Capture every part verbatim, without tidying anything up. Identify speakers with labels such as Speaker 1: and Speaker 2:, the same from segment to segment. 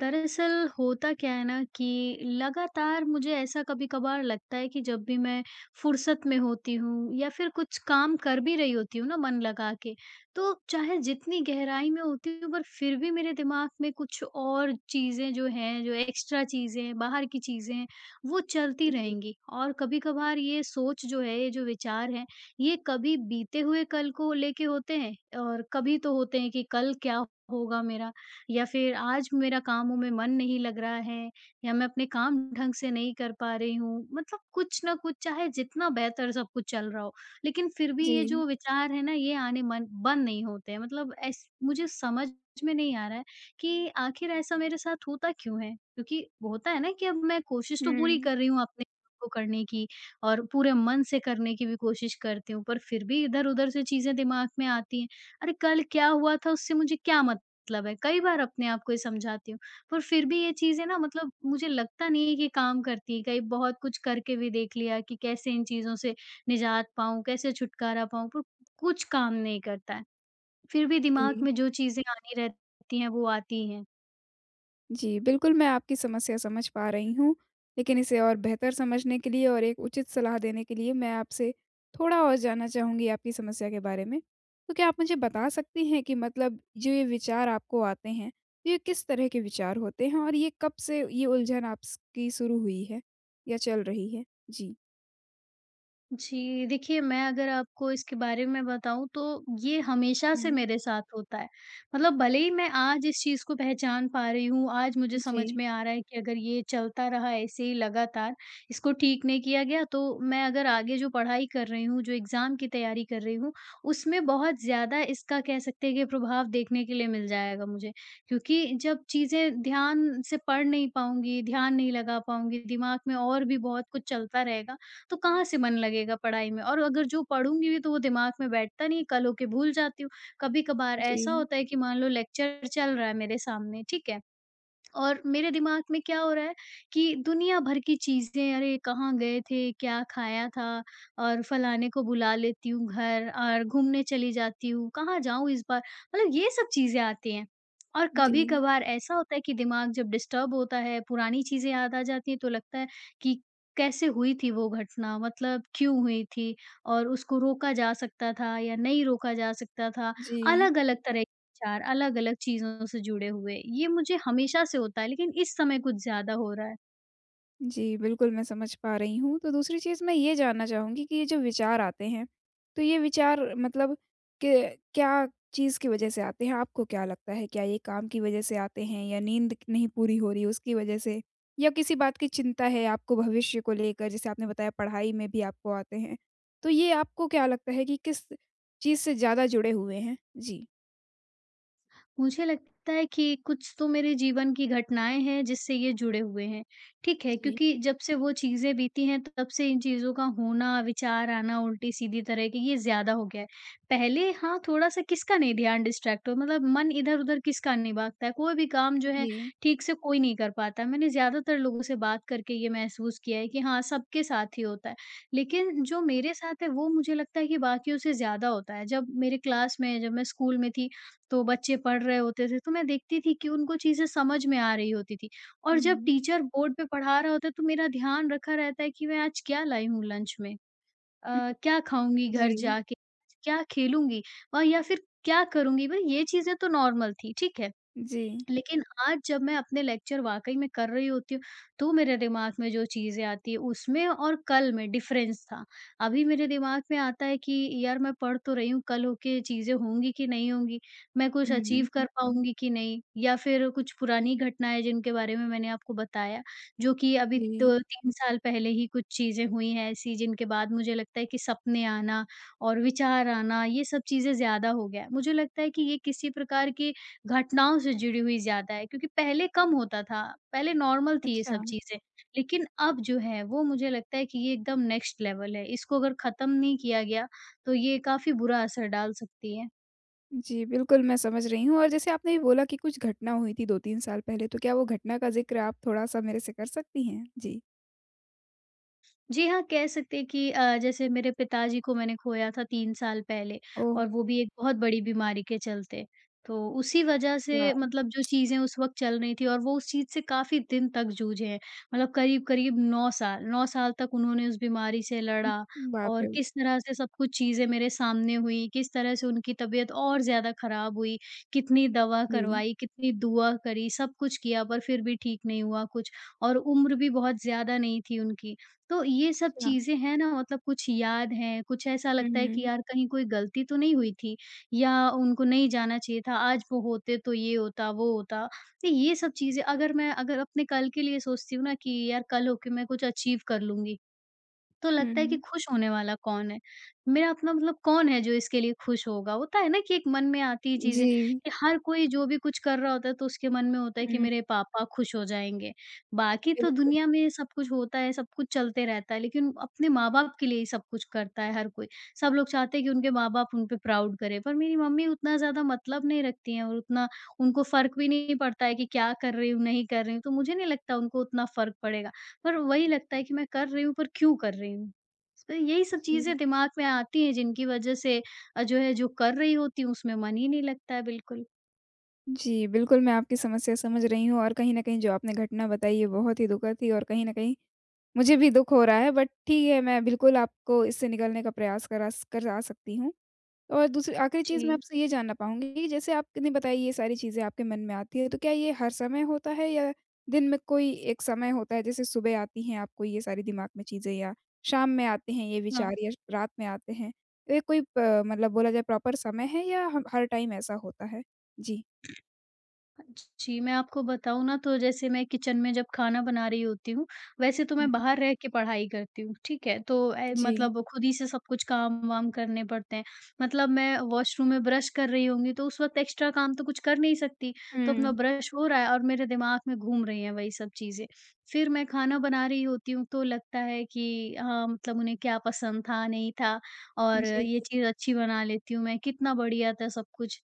Speaker 1: दरअसल होता क्या है ना कि लगातार मुझे ऐसा कभी-कभार लगता है कि जब भी मैं फुर्सत में होती हूँ या फिर कुछ काम कर भी रही होती हूँ ना मन लगा के, तो चाहे जितनी गहराई में होती हूँ पर फिर भी मेरे दिमाग में कुछ और चीज़ें जो हैं, जो एक्स्ट्रा चीज़ें हैं, बाहर की चीज़ें हैं, वो चलती रहेंगी। और कभी-कभार ये सोच जो है, ये जो विचार हैं, ये कभी बीते हुए कल को लेके होते हैं और कभी तो होते हैं कि कल क्या होगा मेरा? या फिर आज मेरा कामों में मन नहीं लग रहा है, या मैं अपने काम ढंग से नहीं कर पा रही हूँ। मतलब कुछ ना कुछ, चाहे जितना बेहतर सब कुछ चल रहा हो, लेकिन फिर भी
Speaker 2: जी।
Speaker 1: ये जो विचार है ना, ये आने मन बंद नहीं होते हैं। मतलब ऐस, मुझे समझ में नहीं आ रहा है कि आखिर ऐसा मेरे साथ होता क्यों है, क्योंकि होता है ना कि अब मैं कोशिश तो पूरी
Speaker 2: हुँ।
Speaker 1: कर रही हूँ अपने काम को करने की, और पूरे मन से करने की भी कोशिश करती हूँ, पर फिर भी इधर उधर से चीजें दिमाग में आती हैं। अरे कल क्या हुआ था, उससे मुझे क्या मतलब है? कई बार अपने आप को ये समझाती हूँ, पर फिर भी ये चीज़ें ना, मतलब मुझे लगता नहीं है कि काम करती है। कई बहुत कुछ करके भी देख लिया कि कैसे इन चीज़ों से निजात पाऊँ, कैसे छुटकारा पाऊँ, पर कुछ काम नहीं करता है। फिर भी दिमाग
Speaker 2: जी।
Speaker 1: में जो चीज़ें आनी रहती हैं, वो आती हैं।
Speaker 2: जी, बिल्कुल मैं आपकी समस्या समझ पा रही हूँ, लेकिन इसे और बेहतर समझने के लिए और एक उचित सलाह देने के लिए मैं आपसे थोड़ा और जानना चाहूँगी आपकी समस्या के बारे में। तो क्या आप मुझे बता सकती हैं कि मतलब जो ये विचार आपको आते हैं, ये किस तरह के विचार होते हैं और ये कब से ये उलझन आपकी शुरू हुई है या चल रही है? जी।
Speaker 1: जी, देखिए मैं अगर आपको इसके बारे में बताऊँ तो ये हमेशा से
Speaker 2: हुँ।
Speaker 1: मेरे साथ होता है। मतलब भले ही मैं आज इस चीज़ को पहचान पा रही हूँ, आज मुझे समझ
Speaker 2: जी,
Speaker 1: में आ रहा है कि अगर ये चलता रहा ऐसे ही लगातार, इसको ठीक नहीं किया गया तो मैं, अगर आगे जो पढ़ाई कर रही हूँ, जो एग्ज़ाम की तैयारी कर रही हूँ, उसमें बहुत ज़्यादा इसका कह सकते हैं कि प्रभाव देखने के लिए मिल जाएगा मुझे। क्योंकि जब चीज़ें ध्यान से पढ़ नहीं पाऊँगी, ध्यान नहीं लगा पाऊँगी, दिमाग में और भी बहुत कुछ चलता रहेगा, तो कहाँ से मन लगेगा पढ़ाई में? और अगर जो पढ़ूँगी भी तो वो दिमाग में बैठता नहीं है, कल होके भूल जाती हूँ। कभी-कभार ऐसा
Speaker 2: जी,
Speaker 1: होता है कि मान लो लेक्चर चल रहा है मेरे सामने, ठीक है? और मेरे दिमाग में क्या हो रहा है कि दुनिया भर की चीज़ें, अरे कहाँ गए थे, क्या खाया था, और फलाने को बुला लेती हूँ घर और घूमने चली जाती हूँ, कहाँ जाऊँ इस बार? मतलब ये सब चीज़ें आती हैं। और
Speaker 2: जी,
Speaker 1: कभी-कभार ऐसा होता है कि दिमाग जब डिस्टर्ब होता है, पुरानी चीज़ें याद आ जाती हैं तो लगता है कि कैसे हुई थी वो घटना? मतलब क्यों हुई थी? और उसको रोका जा सकता था या नहीं रोका जा सकता था?
Speaker 2: जी।
Speaker 1: अलग-अलग तरह विचार अलग-अलग चीज़ों से जुड़े हुए, ये मुझे हमेशा से होता है, लेकिन इस समय कुछ ज़्यादा हो रहा है।
Speaker 2: जी, बिल्कुल मैं समझ पा रही हूँ। तो दूसरी चीज़ मैं ये जानना चाहूँगी कि ये जो विचार आते हैं, तो ये विचार मतलब के क्या चीज़ की वजह से आते हैं? आपको क्या लगता है? क्या ये काम की वजह से आते हैं या नींद नहीं पूरी हो रही उसकी वजह से? या किसी बात की चिंता है आपको भविष्य को लेकर जैसे आपने बताया पढ़ाई में भी आपको आते हैं। तो ये आपको क्या लगता है कि किस चीज़ से ज़्यादा जुड़े हुए हैं? जी।
Speaker 1: मुझे लगता है कि कुछ तो मेरे जीवन की घटनाएँ हैं जिससे ये जुड़े हुए हैं, ठीक है?
Speaker 2: जी,
Speaker 1: क्योंकि जब से वो चीज़ें बीती हैं, तब से इन चीज़ों का होना, विचार आना उल्टी-सीधी तरह की ये ज़्यादा हो गया है। पहले हाँ, थोड़ा-सा किसका नहीं ध्यान डिस्ट्रैक्ट हो, मतलब मन इधर-उधर किसका नहीं भागता है, कोई भी काम जो है
Speaker 2: जी।
Speaker 1: ठीक से कोई नहीं कर पाता है। मैंने ज़्यादातर लोगों से बात करके ये महसूस किया है कि हाँ, सबके साथ ही होता है। लेकिन जो मेरे साथ है वो मुझे लगता है कि बाकियों से ज़्यादा होता है। जब मेरे क्लास में जब मैं स्कूल में थी तो बच्चे पढ़ रहे होते थे, तो मैं देखती थी कि उनको चीज़ें समझ में आ रही होती थी,
Speaker 2: हुँ,
Speaker 1: और जब
Speaker 2: हुँ।
Speaker 1: टीचर बोर्ड पे पढ़ा रहा होता है, तो मेरा ध्यान रखा रहता है कि मैं आज क्या लाई हूँ लंच में? अ, क्या खाऊँगी घर
Speaker 2: जी,
Speaker 1: जाके? क्या खेलूँगी? और या फिर क्या करूँगी? भाई ये चीज़ें तो नॉर्मल थी, ठीक है।
Speaker 2: जी।
Speaker 1: लेकिन आज जब मैं अपने लेक्चर वाक़ई में कर रही होती हूँ, तो मेरे दिमाग में जो चीज़ें आती हैं उसमें और कल में डिफ़रेंस था। अभी मेरे दिमाग में आता है कि यार मैं पढ़ तो रही हूँ, कल होके चीज़ें होंगी कि नहीं होंगी? मैं कुछ
Speaker 2: हुँ,
Speaker 1: अचीव कर हुँ। पाऊँगी कि नहीं? या फिर कुछ पुरानी घटनाएँ जिनके बारे में मैंने आपको बताया, जो कि अभी
Speaker 2: जी।
Speaker 1: तो तीन साल पहले ही कुछ चीज़ें हुई हैं ऐसी, जिनके बाद मुझे लगता है कि सपने आना और विचार आना, ये सब चीज़ें ज़्यादा हो गया है। मुझे लगता है कि ये किसी प्रकार की घटनाओं से जुड़ी हुई ज़्यादा है, क्योंकि पहले कम होता था, पहले नॉर्मल थी ये
Speaker 2: अच्छा।
Speaker 1: सब चीज़ें। लेकिन अब जो है वो मुझे लगता है कि ये एकदम नेक्स्ट लेवल है, इसको अगर ख़त्म नहीं किया गया, तो ये काफ़ी बुरा असर डाल सकती है।
Speaker 2: जी, बिल्कुल मैं समझ रही हूँ और जैसे आपने भी बोला कि कुछ घटना हुई थी दो तीन साल पहले, तो क्या वो घटना का ज़िक्र आप थोड़ा-सा मेरे से कर सकती हैं? जी।
Speaker 1: जी हाँ, कह सकते हैं कि अ, जैसे मेरे पिताजी को मैंने खोया था तीन साल पहले,
Speaker 2: ओह!
Speaker 1: और वो भी एक बहुत बड़ी बीमारी के चलते। तो उसी वजह से
Speaker 2: अच्छा।
Speaker 1: मतलब जो चीज़ें उस वक़्त चल रही थी, और वो उस चीज़ से काफ़ी दिन तक जूझे हैं। मतलब करीब-करीब नौ साल, नौ साल तक उन्होंने उस बीमारी से
Speaker 2: हुँ,
Speaker 1: लड़ा,
Speaker 2: बाप
Speaker 1: और
Speaker 2: रे!
Speaker 1: किस तरह से सब कुछ चीज़ें मेरे सामने हुई, किस तरह से उनकी तबीयत और ज़्यादा ख़राब हुई, कितनी दवा
Speaker 2: जी,
Speaker 1: करवाई, कितनी दुआ करी, सब कुछ किया पर फिर भी ठीक नहीं हुआ कुछ, और उम्र भी बहुत ज़्यादा नहीं थी उनकी। तो ये सब
Speaker 2: अच्छा।
Speaker 1: चीज़ें हैं ना, मतलब कुछ याद हैं, कुछ ऐसा लगता है कि
Speaker 2: हुँ,
Speaker 1: यार कहीं कोई गलती तो नहीं हुई थी, या उनको नहीं जाना चाहिए था, आज वो होते तो ये होता, वो होता। तो ये सब चीज़ें, अगर मैं अगर अपने कल के लिए सोचती हूँ ना कि यार कल होके मैं कुछ अचीव कर लूँगी, तो लगता है कि
Speaker 2: हुँ,
Speaker 1: खुश होने वाला कौन है? मेरा अपना मतलब कौन है जो इसके लिए खुश होगा? होता है ना कि एक मन में आती है चीज़ें
Speaker 2: जी।
Speaker 1: कि हर कोई जो भी कुछ कर रहा होता है तो उसके मन में होता है कि
Speaker 2: हुँ,
Speaker 1: मेरे पापा खुश हो जाएँगे। बाकी तो
Speaker 2: बिल्कुल,
Speaker 1: दुनिया में सब कुछ होता है, सब कुछ चलते रहता है, लेकिन अपने माँ-बाप के लिए ही सब कुछ करता है हर कोई। सब लोग चाहते हैं कि उनके माँ-बाप उन पे प्राउड करें, पर मेरी मम्मी उतना ज़्यादा मतलब नहीं रखती हैं, और उतना उनको फ़र्क भी नहीं पड़ता है कि क्या कर रही हूँ, नहीं कर रही हूँ, तो मुझे नहीं लगता उनको उतना फ़र्क पड़ेगा। पर वही लगता है कि मैं कर रही हूँ, पर क्यों कर रही हूँ? तो यही सब
Speaker 2: जी।
Speaker 1: चीज़ें दिमाग में आती हैं, जिनकी वज़ह से अ, जो है जो कर रही होती हूँ उसमें मन ही नहीं लगता है बिल्कुल।
Speaker 2: जी, बिल्कुल मैं आपकी समस्या समझ रही हूँ और कहीं न कहीं जो आपने घटना बताई है बहुत ही दुखद थी और कहीं न कहीं मुझे भी दुःख हो रहा है बट ठीक है, मैं बिल्कुल आपको इससे निकलने का प्रयास करा स करा सकती हूँ। और दूसरी आखिरी चीज़ मैं
Speaker 1: जी।
Speaker 2: आपसे ये जानना पाऊँगी कि जैसे आपने बताई ये सारी चीज़ें आपके मन में आती हैं, तो क्या ये हर समय होता है या दिन में कोई एक समय होता है, जैसे सुबह आती हैं आपको ये सारी दिमाग में चीज़ें या शाम में आते हैं ये
Speaker 1: हाँ।
Speaker 2: विचार या रात में आते हैं? तो ये कोई प मतलब बोला जाए प्रॉपर समय है या ह हर टाइम ऐसा होता है? जी।
Speaker 1: जी, मैं आपको बताऊँ ना तो जैसे मैं किचन में जब खाना बना रही होती हूँ, वैसे तो
Speaker 2: हुँ।
Speaker 1: मैं बाहर रह के पढ़ाई करती हूँ, ठीक है? तो ए,
Speaker 2: जी।
Speaker 1: मतलब खुद ही से सब कुछ काम-वाम करने पड़ते हैं। मतलब मैं वॉशरूम में ब्रश कर रही होंगी तो उस वक़्त एक्स्ट्रा काम तो कुछ कर नहीं सकती, तो अपना
Speaker 2: हुँ।
Speaker 1: ब्रश हो रहा है और मेरे दिमाग में घूम रही हैं वही सब चीज़ें। फिर मैं खाना बना रही होती हूँ तो लगता है कि हाँ, मतलब उन्हें क्या पसंद था, नहीं था, और
Speaker 2: जी,
Speaker 1: ये
Speaker 2: जी।
Speaker 1: चीज़ अच्छी बना लेती हूँ मैं, कितना बढ़िया था सब कुछ।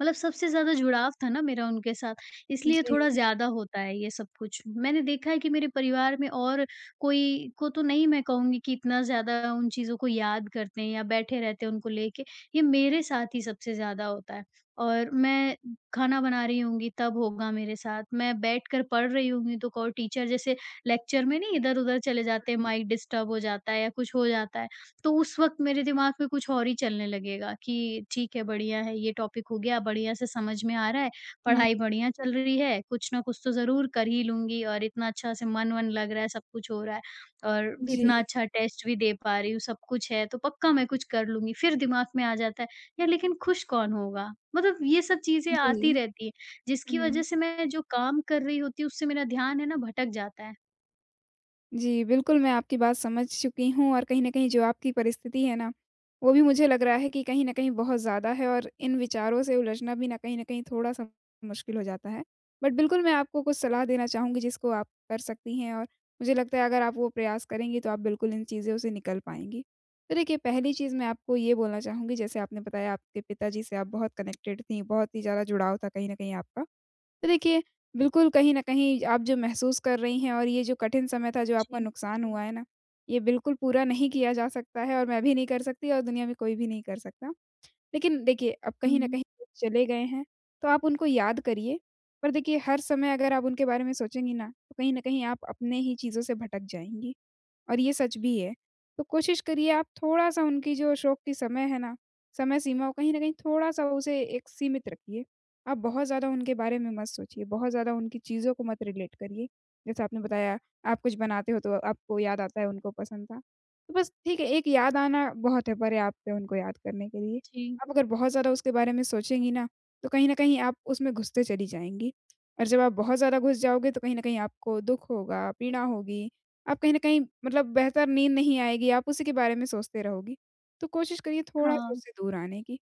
Speaker 1: मतलब सबसे ज़्यादा जुड़ाव था ना मेरा उनके साथ, इसलिए थोड़ा ज़्यादा होता है ये सब कुछ। मैंने देखा है कि मेरे परिवार में और कोई को तो नहीं, मैं कहूँगी कि इतना ज़्यादा उन चीज़ों को याद करते हैं या बैठे रहते हैं उनको लेके, ये मेरे साथ ही सबसे ज़्यादा होता है। और मैं खाना बना रही होंगी तब होगा मेरे साथ, मैं बैठकर पढ़ रही होंगी तो क और टीचर जैसे लेक्चर में नहीं इधर-उधर चले जाते हैं,
Speaker 2: हुँ।
Speaker 1: माइक डिस्टर्ब हो जाता है या कुछ हो जाता है, तो उस वक़्त मेरे दिमाग में कुछ और ही चलने लगेगा कि ठीक है, बढ़िया है, ये टॉपिक हो गया, बढ़िया से समझ में आ रहा है,
Speaker 2: हुँ।
Speaker 1: पढ़ाई बढ़िया चल रही है, कुछ ना कुछ तो ज़रूर कर ही लूँगी, और इतना अच्छा से मन-वन लग रहा है, सब कुछ हो रहा है, और
Speaker 2: जी,
Speaker 1: इतना अच्छा टेस्ट भी दे पा रही हूँ, सब कुछ है, तो पक्का मैं कुछ कर लूँगी। फिर दिमाग में आ जाता है, यार लेकिन खुश कौन होगा? मतलब ये सब चीज़ें आती
Speaker 2: जी।
Speaker 1: रहती हैं, जिसकी
Speaker 2: हुँ।
Speaker 1: वज़ह से मैं जो काम कर रही होती हूँ, उससे मेरा ध्यान है ना भटक जाता है।
Speaker 2: जी, बिल्कुल, मैं आपकी बात समझ चुकी हूँ और कहीं न कहीं जो आपकी परिस्थिति है ना, वो भी मुझे लग रहा है कि कहीं न कहीं बहुत ज़्यादा है और इन विचारों से उलझना भी ना कहीं न कहीं थोड़ा-सा मुश्किल हो जाता है। बट बिल्कुल, मैं आपको कुछ सलाह देना चाहूँगी जिसको आप कर सकती हैं और मुझे लगता है अगर आप वो प्रयास करेंगी तो आप बिल्कुल इन चीज़ों से निकल पाएँगी। तो देखिए, पहली चीज़ मैं आपको ये बोलना चाहूँगी जैसे आपने बताया आपके पिताजी से आप बहुत कनेक्टेड थीं, बहुत ही ज़्यादा जुड़ाव था कहीं न कहीं आपका। तो देखिए, बिल्कुल कहीं न कहीं आप जो महसूस कर रही हैं और ये जो कठिन समय था, जो आपका
Speaker 1: जी।
Speaker 2: नुकसान हुआ है ना, ये बिल्कुल पूरा नहीं किया जा सकता है और मैं भी नहीं कर सकती और दुनिया में कोई भी नहीं कर सकता। लेकिन देखिए, अब कहीं न
Speaker 1: हुँ,
Speaker 2: कहीं वो चले गए हैं, तो आप उनको याद करिए। पर देखिए, हर समय अगर आप उनके बारे में सोचेंगी ना, तो कहीं न कहीं आप अपने ही चीज़ों से भटक जाएँगी। और ये सच भी है। तो कोशिश करिए आप थोड़ा-सा उनकी जो शौक की समय है ना, समय सीमा हो कहीं न कहीं थोड़ा-सा उसे एक सीमित रखिए। आप बहुत ज़्यादा उनके बारे में मत सोचिए, बहुत ज़्यादा उनकी चीज़ों को मत रिलेट करिए। जैसे आपने बताया आप कुछ बनाते हो तो आपको याद आता है उनको पसंद था। तो बस ठीक है, एक याद आना बहुत है पर्याप्त है उनको याद करने के लिए।
Speaker 1: जी।
Speaker 2: आप अगर बहुत ज़्यादा उसके बारे में सोचेंगी ना, तो कहीं न कहीं आप उसमें घुसते चली जाएँगी। और जब आप बहुत ज़्यादा घुस जाओगे तो कहीं न कहीं आपको दुःख होगा, पीड़ा होगी। आप कहीं न कहीं मतलब बेहतर नींद नहीं आएगी, आप उसी के बारे में सोचते रहोगे। तो कोशिश करिए थोड़ा-सा
Speaker 1: हाँ,
Speaker 2: उससे दूर आने की।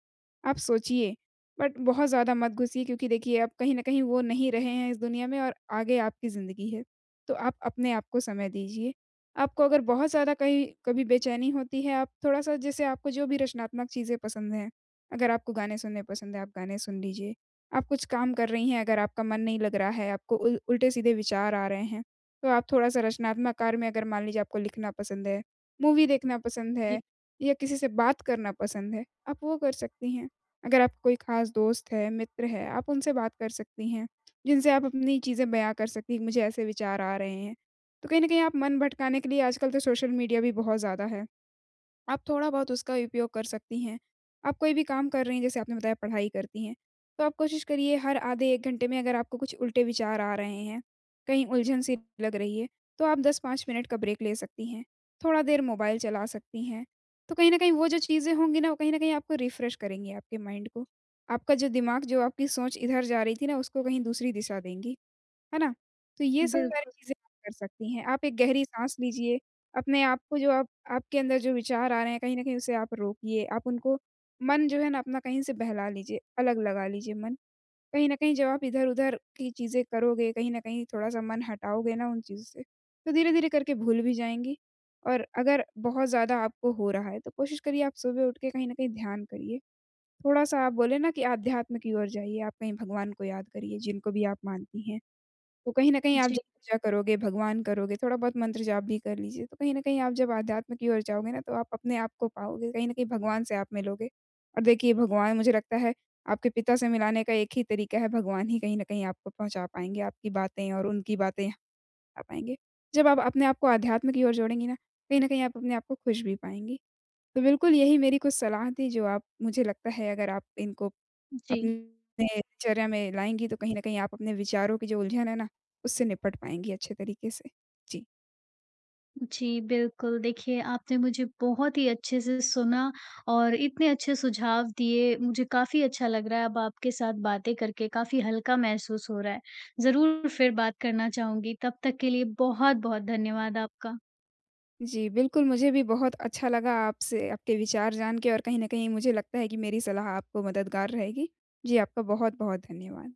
Speaker 2: आप सोचिए, बट बहुत ज़्यादा मत घुसिए क्योंकि देखिए आप कहीं न कहीं वो नहीं रहे हैं इस दुनिया में और आगे आपकी ज़िंदगी है। तो आप अपने आप को समय दीजिए। आपको अगर बहुत ज़्यादा कहीं कभी बेचैनी होती है, आप थोड़ा-सा जैसे आपको जो भी रचनात्मक चीज़ें पसंद हैं, अगर आपको गाने सुनने पसंद है, आप गाने सुन लीजिए। आप कुछ काम कर रही हैं, अगर आपका मन नहीं लग रहा है, आपको उल उल्टे-सीधे विचार आ रहे हैं तो आप थोड़ा-सा रचनात्मक कार्य में अगर मान लीजिए आपको लिखना पसंद है, मूवी देखना पसंद है
Speaker 1: जी,
Speaker 2: या किसी से बात करना पसंद है, आप वो कर सकती हैं। अगर आपका कोई ख़ास दोस्त है, मित्र है, आप उनसे बात कर सकती हैं, जिनसे आप अपनी चीज़ें बयाँ कर सकती हैं कि मुझे ऐसे विचार आ रहे हैं। तो कहीं न कहीं आप मन भटकाने के लिए आजकल तो सोशल मीडिया भी बहुत ज़्यादा है। आप थोड़ा-बहुत उसका उपयोग कर सकती हैं। आप कोई भी काम कर रही हैं, जैसे आपने बताया पढ़ाई करती हैं, तो आप कोशिश करिए हर आधे एक घंटे में अगर आपको कुछ उल्टे विचार आ रहे हैं, कहीं उलझन सी लग रही है, तो आप दस पाँच मिनट का ब्रेक ले सकती हैं। थोड़ा देर मोबाइल चला सकती हैं। तो कहीं न कहीं वो जो चीज़ें होंगी ना, वो कहीं न कहीं आपको रिफ्रेश करेंगी आपके माइंड को। आपका जो दिमाग, जो आपकी सोच इधर जा रही थी ना, उसको कहीं दूसरी दिशा देंगी। है ना? तो ये सब सारी
Speaker 1: बिल्कुल।
Speaker 2: चीज़ें आप कर सकती हैं। आप एक गहरी साँस लीजिए, अपने आप को जो आप आपके अंदर जो विचार आ रहे हैं, कहीं न कहीं उसे आप रोकिए, आप उनको मन जो है ना अपना कहीं से बहला लीजिए, अलग लगा लीजिए मन। कहीं न कहीं जब आप इधर-उधर की चीज़ें करोगे, कहीं न कहीं थोड़ा-सा मन हटाओगे ना उन चीज़ों से, तो धीरे-धीरे करके भूल भी जाएँगी और अगर बहुत ज़्यादा आपको हो रहा है, तो कोशिश करिए आप सुबह उठ के कहीं न कहीं ध्यान करिए। थोड़ा-सा आप बोले ना कि आध्यात्म की ओर जाइए, आप कहीं भगवान को याद करिए, जिनको भी आप मानती हैं। तो कहीं न कहीं आप
Speaker 1: जी।
Speaker 2: जब पूजा करोगे, भगवान करोगे, थोड़ा बहुत मंत्र जाप भी कर लीजिए, तो कहीं न कहीं आप जब आध्यात्म की ओर जाओगे ना, तो आप अपने आप को पाओगे, कहीं न कहीं भगवान से आप मिलोगे। और देखिए भगवान मुझे लगता है आपके पिता से मिलाने का एक ही तरीका है, भगवान ही कहीं न कहीं आपको पहुँचा पाएँगे, आपकी बातें और उनकी बातें आ पाएँगे। जब आप अपने आप को आध्यात्म की ओर जोड़ेंगी ना, कहीं न कहीं आप अपने आप को खुश भी पाएँगी। तो बिल्कुल यही मेरी कुछ सलाह थी जो आप मुझे लगता है अगर आप इनको
Speaker 1: जी,
Speaker 2: अपने दिनचर्या में लाएँगी तो कहीं न कहीं आप अपने विचारों की जो उलझन है ना, उससे निपट पाएँगी अच्छे तरीके से। जी।
Speaker 1: जी, बिल्कुल। देखिए, आपने मुझे बहुत ही अच्छे से सुना और इतने अच्छे सुझाव दिए, मुझे काफ़ी अच्छा लग रहा है अब आपके साथ बातें करके, काफ़ी हल्का महसूस हो रहा है। ज़रूर फिर बात करना चाहूँगी, तब तक के लिए बहुत-बहुत धन्यवाद आपका।
Speaker 2: जी, बिल्कुल मुझे भी बहुत अच्छा लगा आपसे आपके विचार जान के और कहीं न कहीं मुझे लगता है कि मेरी सलाह आपको मददगार रहेगी। जी, आपका बहुत-बहुत धन्यवाद।